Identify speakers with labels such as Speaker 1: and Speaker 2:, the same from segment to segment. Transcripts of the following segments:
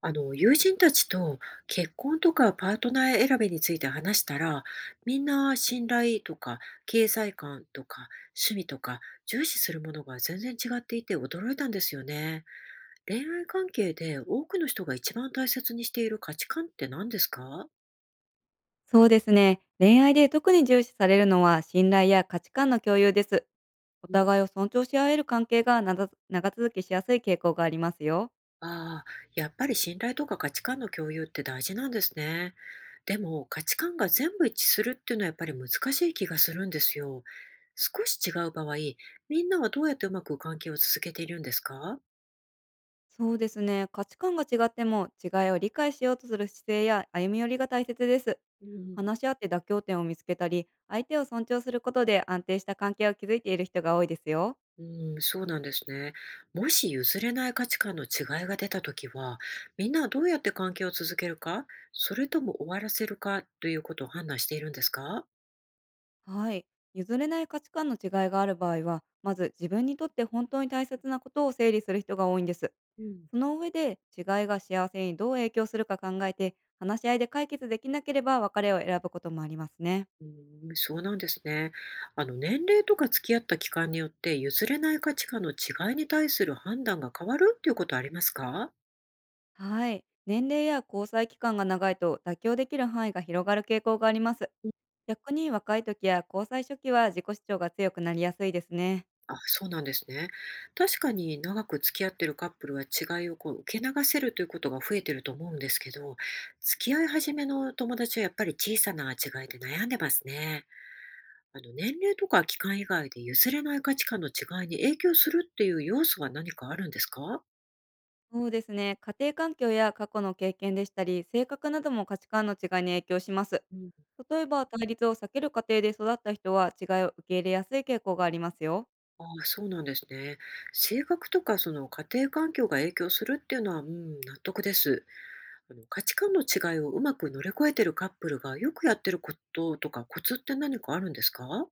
Speaker 1: あの、友人たちと結婚とかパートナー選びについて話したら、みんな信頼とか経済観とか趣味とか重視するものが全然違っていて驚いたんですよね。恋愛関係で多くの人が一番大切にしている価値観って何ですか？
Speaker 2: そうですね。恋愛で特に重視されるのは、信頼や価値観の共有です。お互いを尊重し合える関係がなざ長続きしやすい傾向がありますよ。
Speaker 1: ああ、やっぱり信頼とか価値観の共有って大事なんですね。でも価値観が全部一致するっていうのはやっぱり難しい気がするんですよ。少し違う場合、みんなはどうやってうまく関係を続けているんですか？
Speaker 2: そうですね。価値観が違っても、違いを理解しようとする姿勢や歩み寄りが大切です。
Speaker 1: うん、
Speaker 2: 話し合って妥協点を見つけたり、相手を尊重することで、安定した関係を築いている人が多いですよ。
Speaker 1: うん、そうなんですね。もし譲れない価値観の違いが出たときは、みんなはどうやって関係を続けるか、それとも終わらせるかということを判断しているんですか？
Speaker 2: はい。譲れない価値観の違いがある場合は、まず自分にとって本当に大切なことを整理する人が多いんです。
Speaker 1: うん、
Speaker 2: その上で、違いが幸せにどう影響するか考えて、話し合いで解決できなければ、別れを選ぶこともありますね。
Speaker 1: うーん、そうなんですね。あの、年齢とか付き合った期間によって譲れない価値観の違いに対する判断が変わるっていうことありますか？
Speaker 2: はい。年齢や交際期間が長いと、妥協できる範囲が広がる傾向があります。逆に若い時や交際初期は、自己主張が強くなりやすいですね。
Speaker 1: あ、そうなんですね。確かに長く付き合ってるカップルは違いをこう受け流せるということが増えてると思うんですけど、付き合い始めの友達はやっぱり小さな違いで悩んでますね。あの、年齢とか期間以外で譲れない価値観の違いに影響するっていう要素は何かあるんですか？
Speaker 2: そうですね。家庭環境や過去の経験でしたり、性格なども価値観の違いに影響します。
Speaker 1: うん。
Speaker 2: 例えば、対立を避ける過程で育った人は、違いを受け入れやすい傾向がありますよ。
Speaker 1: ああ、そうなんですね。性格とかその家庭環境が影響するっていうのは、うん、納得です。あの価値観の違いをうまく乗り越えてるカップルがよくやってることとかコツって何かあるんですか？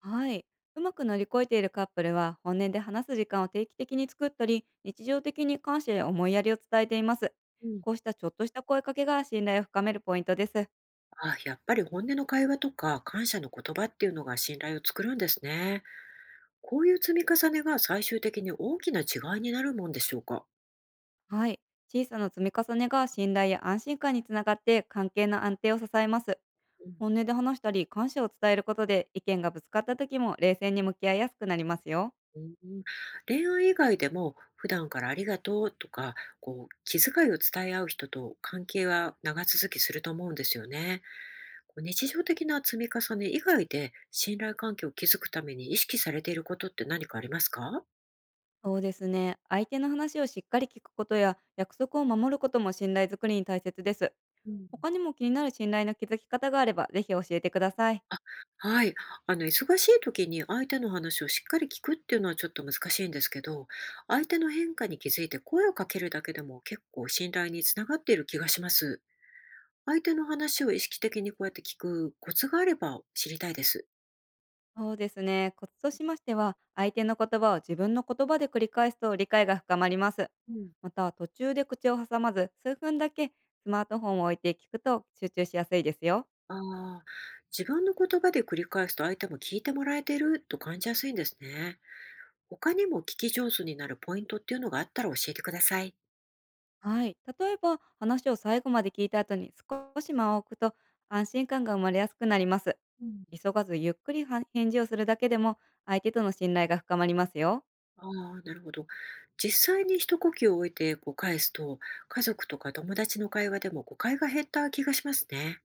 Speaker 2: はい。うまく乗り越えているカップルは、本音で話す時間を定期的に作ったり、日常的に感謝や思いやりを伝えています。
Speaker 1: うん、
Speaker 2: こうしたちょっとした声かけが、信頼を深めるポイントです。
Speaker 1: あ、やっぱり本音の会話とか感謝の言葉っていうのが信頼を作るんですね。こういう積み重ねが最終的に大きな違いになるもんでしょうか。
Speaker 2: はい。小さな積み重ねが信頼や安心感につながって、関係の安定を支えます。
Speaker 1: うん
Speaker 2: 本音で話したり、感謝を伝えることで、意見がぶつかった時も冷静に向き合いやすくなりますよ。
Speaker 1: うん、恋愛以外でも普段からありがとうとか、こう気遣いを伝え合う人と関係は長続きすると思うんですよね。こう日常的な積み重ね以外で信頼関係を築くために意識されていることって何かありますか？
Speaker 2: そうですね。相手の話をしっかり聞くことや、約束を守ることも信頼づくりに大切です。
Speaker 1: うん。
Speaker 2: 他にも気になる信頼の築き方があれば、ぜひ教えてください。
Speaker 1: あ、はい。あの忙しい時に相手の話をしっかり聞くっていうのはちょっと難しいんですけど、相手の変化に気づいて声をかけるだけでも結構信頼につながっている気がします。相手の話を意識的にこうやって聞くコツがあれば知りたいです。
Speaker 2: そうですね。コツとしましては、相手の言葉を自分の言葉で繰り返すと理解が深まります。
Speaker 1: うん、
Speaker 2: また、途中で口を挟まず、数分だけスマートフォンを置いて聞くと集中しやすいですよ。
Speaker 1: ああ、自分の言葉で繰り返すと相手も聞いてもらえてると感じやすいんですね。他にも聞き上手になるポイントっていうのがあったら教えてください。
Speaker 2: はい。例えば、話を最後まで聞いた後に少し間を置くと、安心感が生まれやすくなります。
Speaker 1: うん、
Speaker 2: 急がずゆっくりは返事をするだけでも、相手との信頼が深まりますよ。
Speaker 1: ああ、なるほど。実際に一呼吸を置いてこう返すと、家族とか友達の会話でも誤解が減った気がしますね。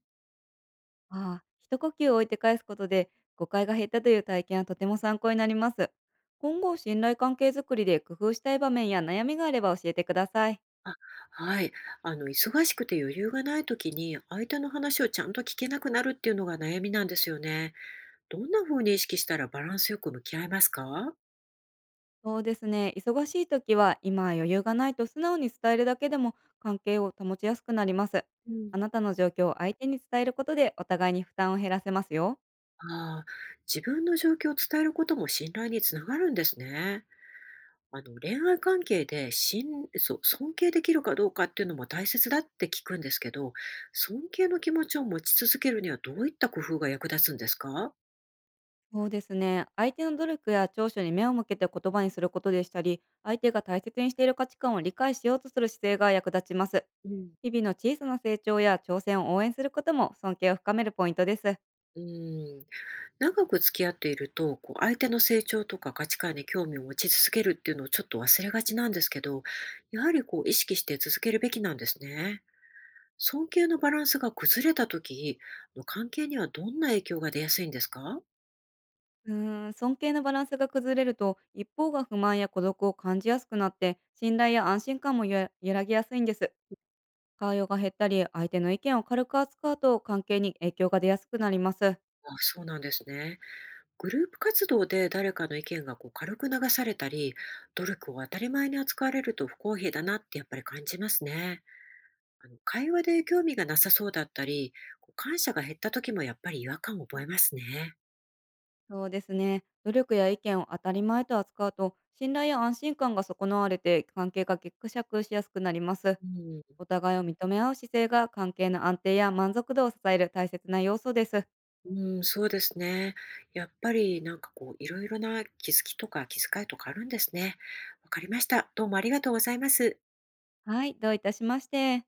Speaker 2: ああ、一呼吸置いて返すことで誤解が減ったという体験は、とても参考になります。今後、信頼関係づくりで工夫したい場面や悩みがあれば教えてください。
Speaker 1: あ、はい。あの、忙しくて余裕がない時に相手の話をちゃんと聞けなくなるっていうのが悩みなんですよね。どんな風に意識したらバランスよく向き合えますか？
Speaker 2: そうですね、忙しい時は、今は余裕がないと素直に伝えるだけでも、関係を保ちやすくなります。
Speaker 1: うん。
Speaker 2: あなたの状況を相手に伝えることで、お互いに負担を減らせますよ。
Speaker 1: ああ、自分の状況を伝えることも信頼につながるんですね。あの、恋愛関係で信そう、尊敬できるかどうかっていうのも大切だって聞くんですけど、尊敬の気持ちを持ち続けるにはどういった工夫が役立つんですか？
Speaker 2: そうですね、相手の努力や長所に目を向けて言葉にすることでしたり、相手が大切にしている価値観を理解しようとする姿勢が役立ちます。
Speaker 1: うん。
Speaker 2: 日々の小さな成長や挑戦を応援することも、尊敬を深めるポイントです。
Speaker 1: うん、長く付き合っていると、こう、相手の成長とか価値観に興味を持ち続けるっていうのをちょっと忘れがちなんですけど、やはりこう意識して続けるべきなんですね。尊敬のバランスが崩れた時、の関係にはどんな影響が出やすいんですか？
Speaker 2: 尊敬のバランスが崩れると、一方が不満や孤独を感じやすくなって、信頼や安心感もゆ揺らぎやすいんです。会話が減ったり、相手の意見を軽く扱うと、関係に影響が出やすくなります。
Speaker 1: あ、そうなんですね。グループ活動で誰かの意見がこう軽く流されたり、努力を当たり前に扱われると不公平だなってやっぱり感じますね。あの会話で興味がなさそうだったり、こう感謝が減った時もやっぱり違和感を覚えますね。
Speaker 2: そうですね。努力や意見を当たり前と扱うと、信頼や安心感が損なわれて、関係がぎくしゃくしやすくなります。
Speaker 1: うん、
Speaker 2: お互いを認め合う姿勢が、関係の安定や満足度を支える大切な要素です。
Speaker 1: うん、そうですね。やっぱりなんかこういろいろな気づきとか気遣いとかあるんですね。わかりました。どうもありがとうございます。
Speaker 2: はい、どういたしまして。